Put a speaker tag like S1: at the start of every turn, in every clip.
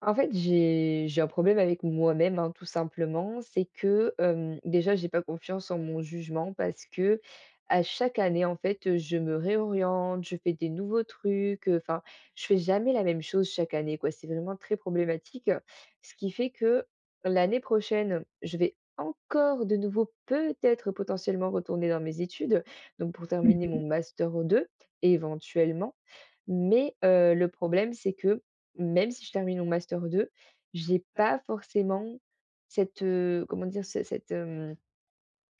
S1: En fait, j'ai un problème avec moi-même, hein, tout simplement. C'est que, déjà, j'ai pas confiance en mon jugement parce que à chaque année, en fait, je me réoriente, je fais des nouveaux trucs, enfin, je fais jamais la même chose chaque année, quoi. C'est vraiment très problématique. Ce qui fait que l'année prochaine, je vais encore de nouveau, peut-être, potentiellement, retourner dans mes études, donc pour
S2: Mmh
S1: terminer
S2: mh.
S1: mon master 2, éventuellement. Mais le problème, c'est que même si je termine mon master 2, j'ai pas forcément cette, comment dire?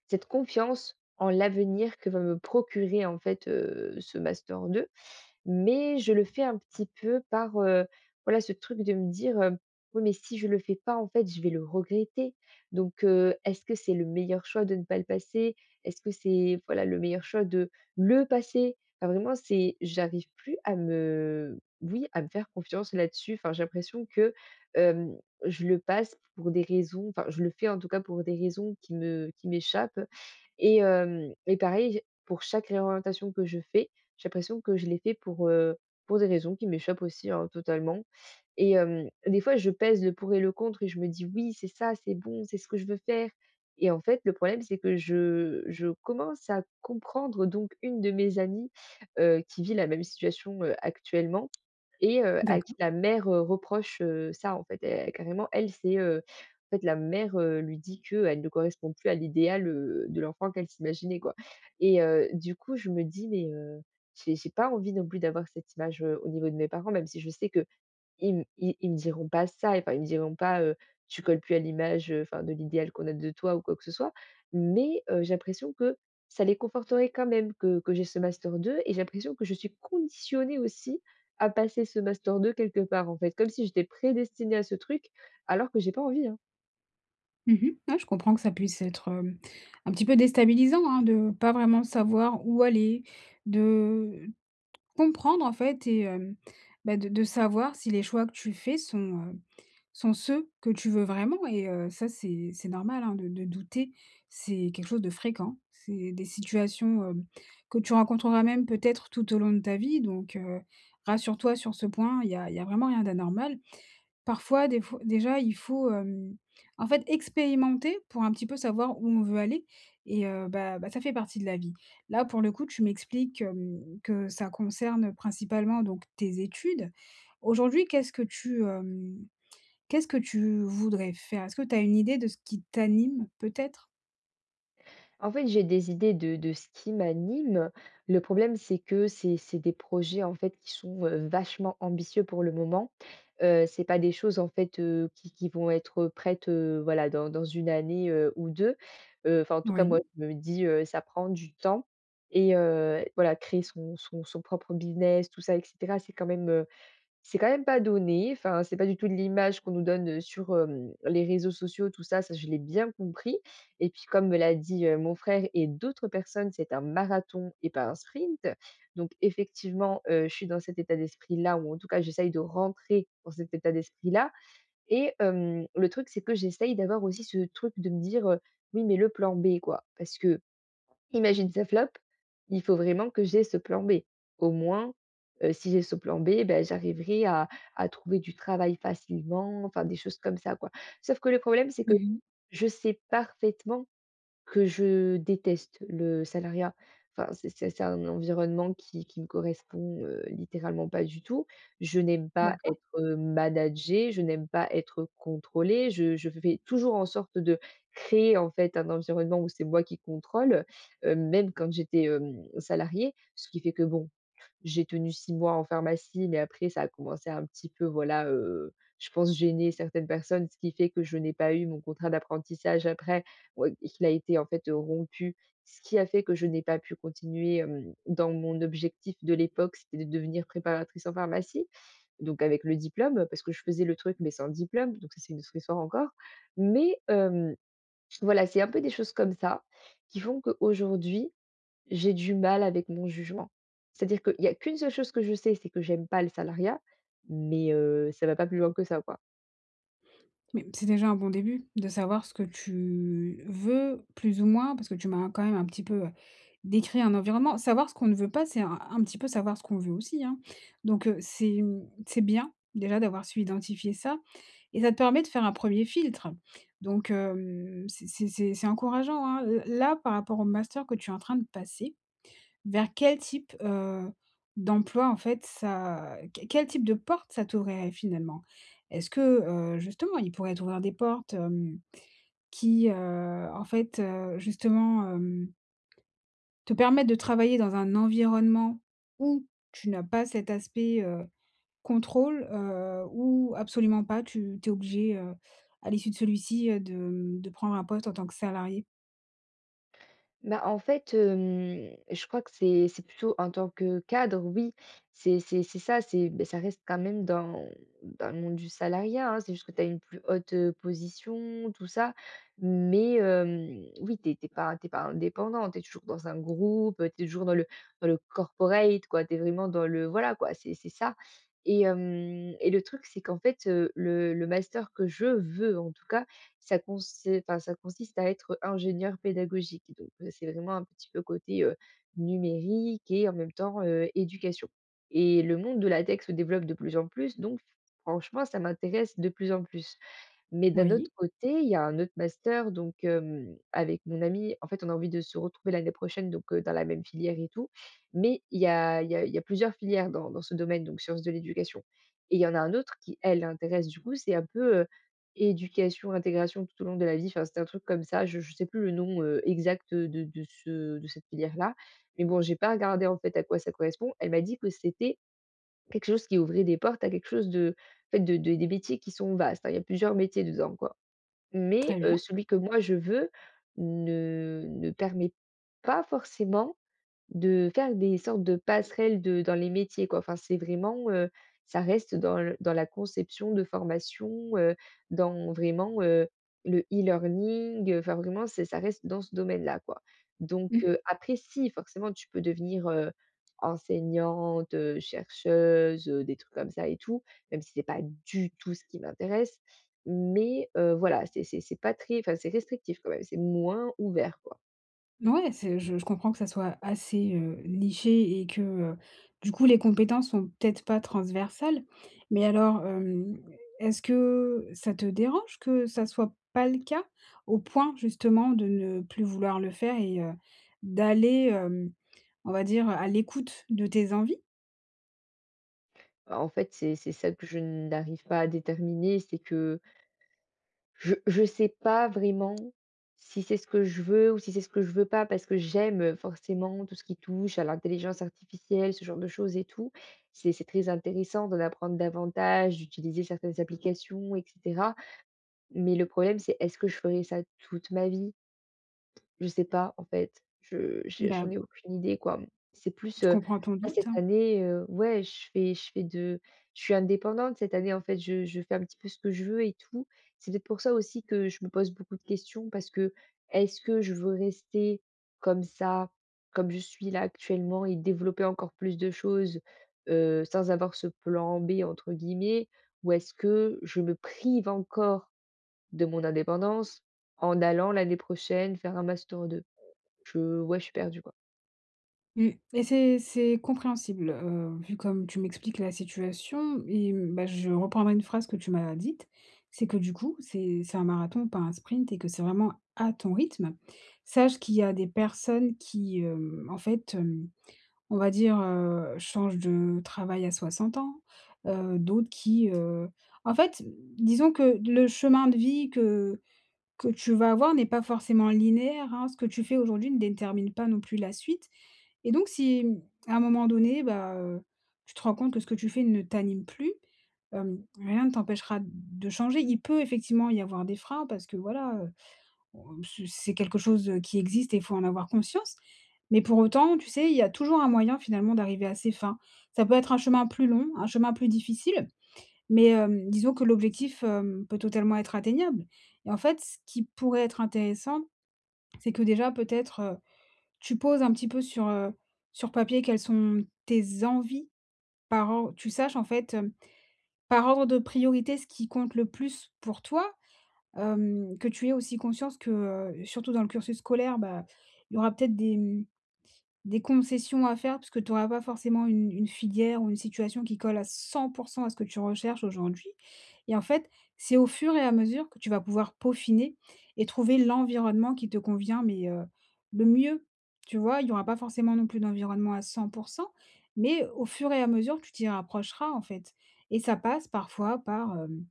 S1: Cette confiance en l'avenir que va me procurer en fait, ce master 2, mais je le fais un petit peu par, voilà, ce truc de me dire, «Oui, mais si je le fais pas, en fait, je vais le regretter. Donc, est-ce que c'est le meilleur choix de ne pas le passer? Est-ce que c'est, voilà, le meilleur choix de le passer?» Enfin, vraiment, c'est j'arrive plus à me, oui, à me faire confiance là-dessus. Enfin, j'ai l'impression que, hem, je le passe pour des raisons, enfin, je le fais, en tout cas, pour des raisons qui m'échappent, et pareil, pour chaque réorientation que je fais, j'ai l'impression que je l'ai fait pour des raisons qui m'échappent aussi, hein, totalement, et des fois, je pèse le pour et le contre et je me dis: «Oui, c'est ça, c'est bon, c'est ce que je veux faire». Et en fait, le problème, c'est que je commence à comprendre. Donc une de mes amies, qui vit la même situation, actuellement, et à qui
S2: D'accord.
S1: la mère, reproche, ça en fait. Elle carrément elle, c'est, en fait la mère, lui dit que elle ne correspond plus à l'idéal, de l'enfant qu'elle s'imaginait, quoi. Et du coup je me dis: «Mais j'ai pas envie non plus d'avoir cette image, au niveau de mes parents», même si je sais que ils me diront pas ça, enfin, ils me diront pas, «Tu colles plus à l'image, enfin, de l'idéal qu'on a de toi», ou quoi que ce soit. Mais, j'ai l'impression que ça les conforterait quand même que j'ai ce master 2, et j'ai l'impression que je suis conditionnée aussi à passer ce master 2 quelque part, en fait, comme si j'étais prédestinée à ce truc, alors que j'ai pas envie, hein.
S2: Mmh mh. Ouais, je comprends que ça puisse être, un petit peu déstabilisant, hein, de pas vraiment savoir où aller, de comprendre, en fait et bah, de savoir si les choix que tu fais sont, sont ceux que tu veux vraiment et ça, c'est normal, hein, de douter. C'est quelque chose de fréquent. C'est des situations, que tu rencontreras même peut-être tout au long de ta vie donc rassure-toi sur ce point, il y a vraiment rien d'anormal. Parfois, des fois déjà, il faut, en fait, expérimenter pour un petit peu savoir où on veut aller et bah, ça fait partie de la vie. Là, pour le coup, tu m'expliques, que ça concerne principalement donc tes études. Aujourd'hui, qu'est-ce que tu voudrais faire? Est-ce que tu as une idée de ce qui t'anime peut-être?
S1: En fait, j'ai des idées de ce qui m'anime. Le problème, c'est que c'est des projets, en fait, qui sont, vachement ambitieux pour le moment. C'est pas des choses, en fait, qui vont être prêtes, voilà, dans une année, ou 2. Enfin, en tout cas, moi,
S2: Oui.
S1: je me dis, ça prend du temps, et voilà, créer son propre business, tout ça et cetera, c'est quand même pas donné, enfin, c'est pas du tout l'image qu'on nous donne, sur, les réseaux sociaux, tout ça, ça je l'ai bien compris. Et puis, comme me l'a dit, mon frère et d'autres personnes, c'est un marathon et pas un sprint. Donc effectivement, je suis dans cet état d'esprit-là, ou en tout cas j'essaye de rentrer dans cet état d'esprit-là, et le truc, c'est que j'essaye d'avoir aussi ce truc de me dire, «Oui, mais le plan B, quoi». Parce que, imagine ça flop, il faut vraiment que j'ai ce plan B. Au moins, si j'ai ce plan B, ben j'arriverai à trouver du travail facilement, enfin des choses comme ça, quoi. Sauf que le problème, c'est que
S2: Mmh.
S1: je sais parfaitement que je déteste le salariat. Enfin, c'est un environnement qui me correspond, littéralement pas du tout. Je n'aime pas
S2: D'accord.
S1: être, managée, je n'aime pas être contrôlée. Je fais toujours en sorte de créer, en fait, un environnement où c'est moi qui contrôle, même quand j'étais, salariée. Ce qui fait que bon, j'ai tenu 6 mois en pharmacie, mais après ça a commencé à un petit peu, voilà, je pense gêner certaines personnes, ce qui fait que je n'ai pas eu mon contrat d'apprentissage après, ouais, et qu'il a été en fait, rompu. Ce qui a fait que je n'ai pas pu continuer, dans mon objectif de l'époque, c'était de devenir préparatrice en pharmacie, donc avec le diplôme, parce que je faisais le truc, mais sans diplôme, donc ça, c'est une autre histoire encore. Mais, voilà, c'est un peu des choses comme ça qui font qu'aujourd'hui j'ai du mal avec mon jugement. C'est-à-dire qu'il y a qu'une seule chose que je sais, c'est que j'aime pas le salariat, mais ça va pas plus loin que ça, quoi.
S2: Mais c'est déjà un bon début de savoir ce que tu veux plus ou moins, parce que tu m'as quand même un petit peu, décrit un environnement. Savoir ce qu'on ne veut pas, c'est un petit peu savoir ce qu'on veut aussi, hein. Donc, c'est bien déjà d'avoir su identifier ça et ça te permet de faire un premier filtre. Donc, c'est encourageant, hein. Là, par rapport au master que tu es en train de passer vers quel type, d'emploi en fait ça que quel type de porte ça t'ouvrirait finalement? Est-ce que, justement il pourrait t'ouvrir des portes, qui, en fait, justement, te permettent de travailler dans un environnement où tu n'as pas cet aspect, contrôle, ou absolument pas, tu es obligé, à l'issue de celui-ci, de prendre un poste en tant que salarié?
S1: Bah, en fait, je crois que c'est plutôt en tant que cadre, oui, c'est ça, c'est, ben, ça reste quand même dans le monde du salariat, hein. C'est juste que tu as une plus haute, position, tout ça, mais oui, t'es pas indépendant, tu es toujours dans un groupe, tu es toujours dans le corporate, quoi. Tu es vraiment dans le, voilà, quoi, c'est ça, et le truc, c'est qu'en fait, le master que je veux, en tout cas, ça cons enfin, ça consiste à être ingénieur pédagogique. Donc, c'est vraiment un petit peu côté, numérique, et en même temps, éducation, et le monde de la tech se développe de plus en plus, donc franchement ça m'intéresse de plus en plus. Mais d'un autre
S2: Oui,
S1: côté, il y a un autre master, donc avec mon amie, en fait, on a envie de se retrouver l'année prochaine, donc dans la même filière et tout. Mais il y a il y a il y a plusieurs filières dans ce domaine, donc sciences de l'éducation, et il y en a un autre qui, elle, l'intéresse, du coup, c'est un peu, éducation, intégration tout au long de la vie. Enfin, c'était un truc comme ça, je ne sais plus le nom, exact de cette filière-là. Mais bon, j'ai pas regardé en fait à quoi ça correspond. Elle m'a dit que c'était quelque chose qui ouvrait des portes à quelque chose de, en fait, de des métiers qui sont vastes, hein. Il y a plusieurs métiers dedans, quoi. Mais
S2: très bien.
S1: celui que moi je veux ne permet pas forcément de faire des sortes de passerelles de dans les métiers, quoi. Enfin, c'est vraiment, ça reste dans le dans la conception de formation, heu, dans, vraiment, le e-learning, enfin vraiment c'est, ça reste dans ce domaine-là, quoi. Donc après si, forcément tu peux devenir, enseignante, chercheuse, des trucs comme ça et tout, même si c'est pas du tout ce qui m'intéresse. Mais voilà, c'est pas très, enfin c'est restrictif quand même, c'est moins ouvert, quoi.
S2: Ouais, c'est je comprends que ça soit assez, niché et que, du coup, les compétences sont peut-être pas transversales. Mais alors, est-ce que ça te dérange que ça soit pas le cas? Au point justement de ne plus vouloir le faire et d'aller, on va dire, à l'écoute de tes envies?
S1: Bah, en fait, c'est ça que je n'arrive pas à déterminer, c'est que je sais pas vraiment si c'est ce que je veux ou si c'est ce que je veux pas, parce que j'aime, forcément, tout ce qui touche à l'intelligence artificielle, ce genre de choses et tout. C'est très intéressant d'en apprendre davantage, d'utiliser certaines applications et cetera. Mais le problème, c'est est-ce que je ferai ça toute ma vie? Je sais pas en fait, je j'ai
S2: Bah,
S1: j'en ai aucune idée, quoi. C'est plus,
S2: je comprends ton
S1: là cette
S2: doute, hein.
S1: année, ouais, je fais de je suis indépendante cette année en fait, je fais un petit peu ce que je veux et tout. C'est peut-être pour ça aussi que je me pose beaucoup de questions, parce que, est-ce que je veux rester comme ça, comme je suis là actuellement, et développer encore plus de choses, sans avoir ce plan B entre guillemets? Ou est-ce que je me prive encore de mon indépendance en allant l'année prochaine faire un master 2? Je ouais, je suis perdue, quoi.
S2: Mmh et c'est compréhensible, vu comme tu m'expliques la situation et bah, je reprendrai une phrase que tu m'as dite, c'est que du coup, c'est un marathon, pas un sprint et que c'est vraiment à ton rythme. Sache qu'il y a des personnes qui, en fait, on va dire, changent de travail à 60 ans, d'autres qui, en fait, disons que le chemin de vie que tu vas avoir n'est pas forcément linéaire, hein. Ce que tu fais aujourd'hui ne détermine pas non plus la suite et donc si, à un moment donné, bah, tu te rends compte que ce que tu fais ne t'anime plus, rien ne t'empêchera de changer. Il peut effectivement y avoir des freins parce que voilà, on c'est quelque chose, qui existe et il faut en avoir conscience. Mais pour autant, tu sais, il y a toujours un moyen finalement d'arriver à ses fins. Ça peut être un chemin plus long, un chemin plus difficile mais disons que l'objectif, peut totalement être atteignable et en fait, ce qui pourrait être intéressant, c'est que déjà peut-être, tu poses un petit peu sur, sur papier quelles sont tes envies par or tu saches en fait, par ordre de priorité ce qui compte le plus pour toi, que tu aies aussi conscience que, surtout dans le cursus scolaire, bah, il y aura peut-être des concessions à faire, puisque tu auras pas forcément une filière ou une situation qui colle à 100% à ce que tu recherches aujourd'hui et en fait, c'est au fur et à mesure que tu vas pouvoir peaufiner et trouver l'environnement qui te convient, mais le mieux, tu vois? Il y aura pas forcément non plus d'environnement à 100% mais au fur et à mesure, tu t'y rapprocheras, en fait et ça passe parfois par,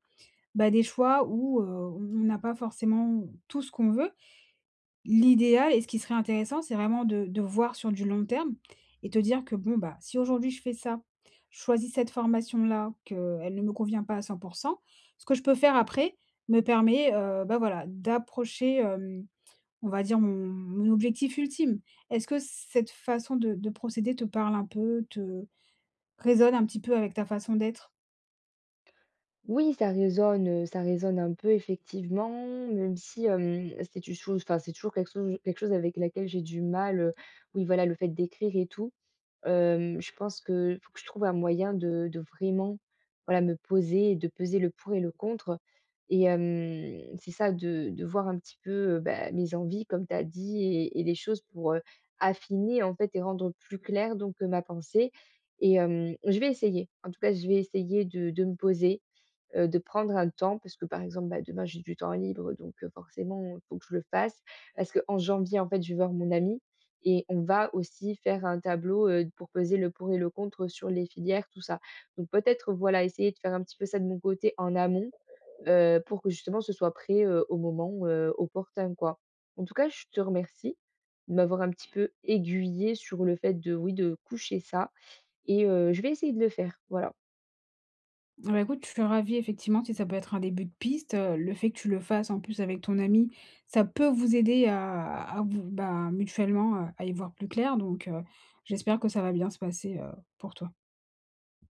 S2: bah, des choix où, on n'a pas forcément tout ce qu'on veut. L'idéal et ce qui serait intéressant, c'est vraiment de voir sur du long terme et te dire que bon, bah, si aujourd'hui je fais ça, je choisis cette formation-là, qu'elle ne me convient pas à 100%, ce que je peux faire après me permet, bah, voilà, d'approcher, on va dire mon objectif ultime. Est-ce que cette façon de procéder te parle un peu, te résonne un petit peu avec ta façon d'être?
S1: Oui, ça résonne un peu effectivement, même si, c'est une chose, enfin, c'est toujours quelque chose avec laquelle j'ai du mal, oui, voilà, le fait d'écrire et tout. Je pense que faut que je trouve un moyen de vraiment, voilà, me poser et de peser le pour et le contre, et c'est ça, de voir un petit peu, bah, mes envies comme tu as dit, et les choses pour, affiner en fait et rendre plus clair donc, ma pensée, et je vais essayer. En tout cas, je vais essayer de me poser, de prendre un temps, parce que, par exemple, bah, demain, j'ai du temps libre, donc forcément, il faut que je le fasse. Parce qu'en janvier, en fait, je vais voir mon ami et on va aussi faire un tableau, pour peser le pour et le contre sur les filières, tout ça. Donc peut-être, voilà, essayer de faire un petit peu ça de mon côté en amont, pour que justement ce soit prêt, au moment, opportun, quoi. En tout cas, je te remercie de m'avoir un petit peu aiguillé sur le fait de, oui, de coucher ça, et je vais essayer de le faire, voilà.
S2: Bah, écoute, je suis ravie effectivement si ça peut être un début de piste, le fait que tu le fasses en plus avec ton ami, ça peut vous aider à vous bah, mutuellement, à y voir plus clair donc j'espère que ça va bien se passer, pour toi.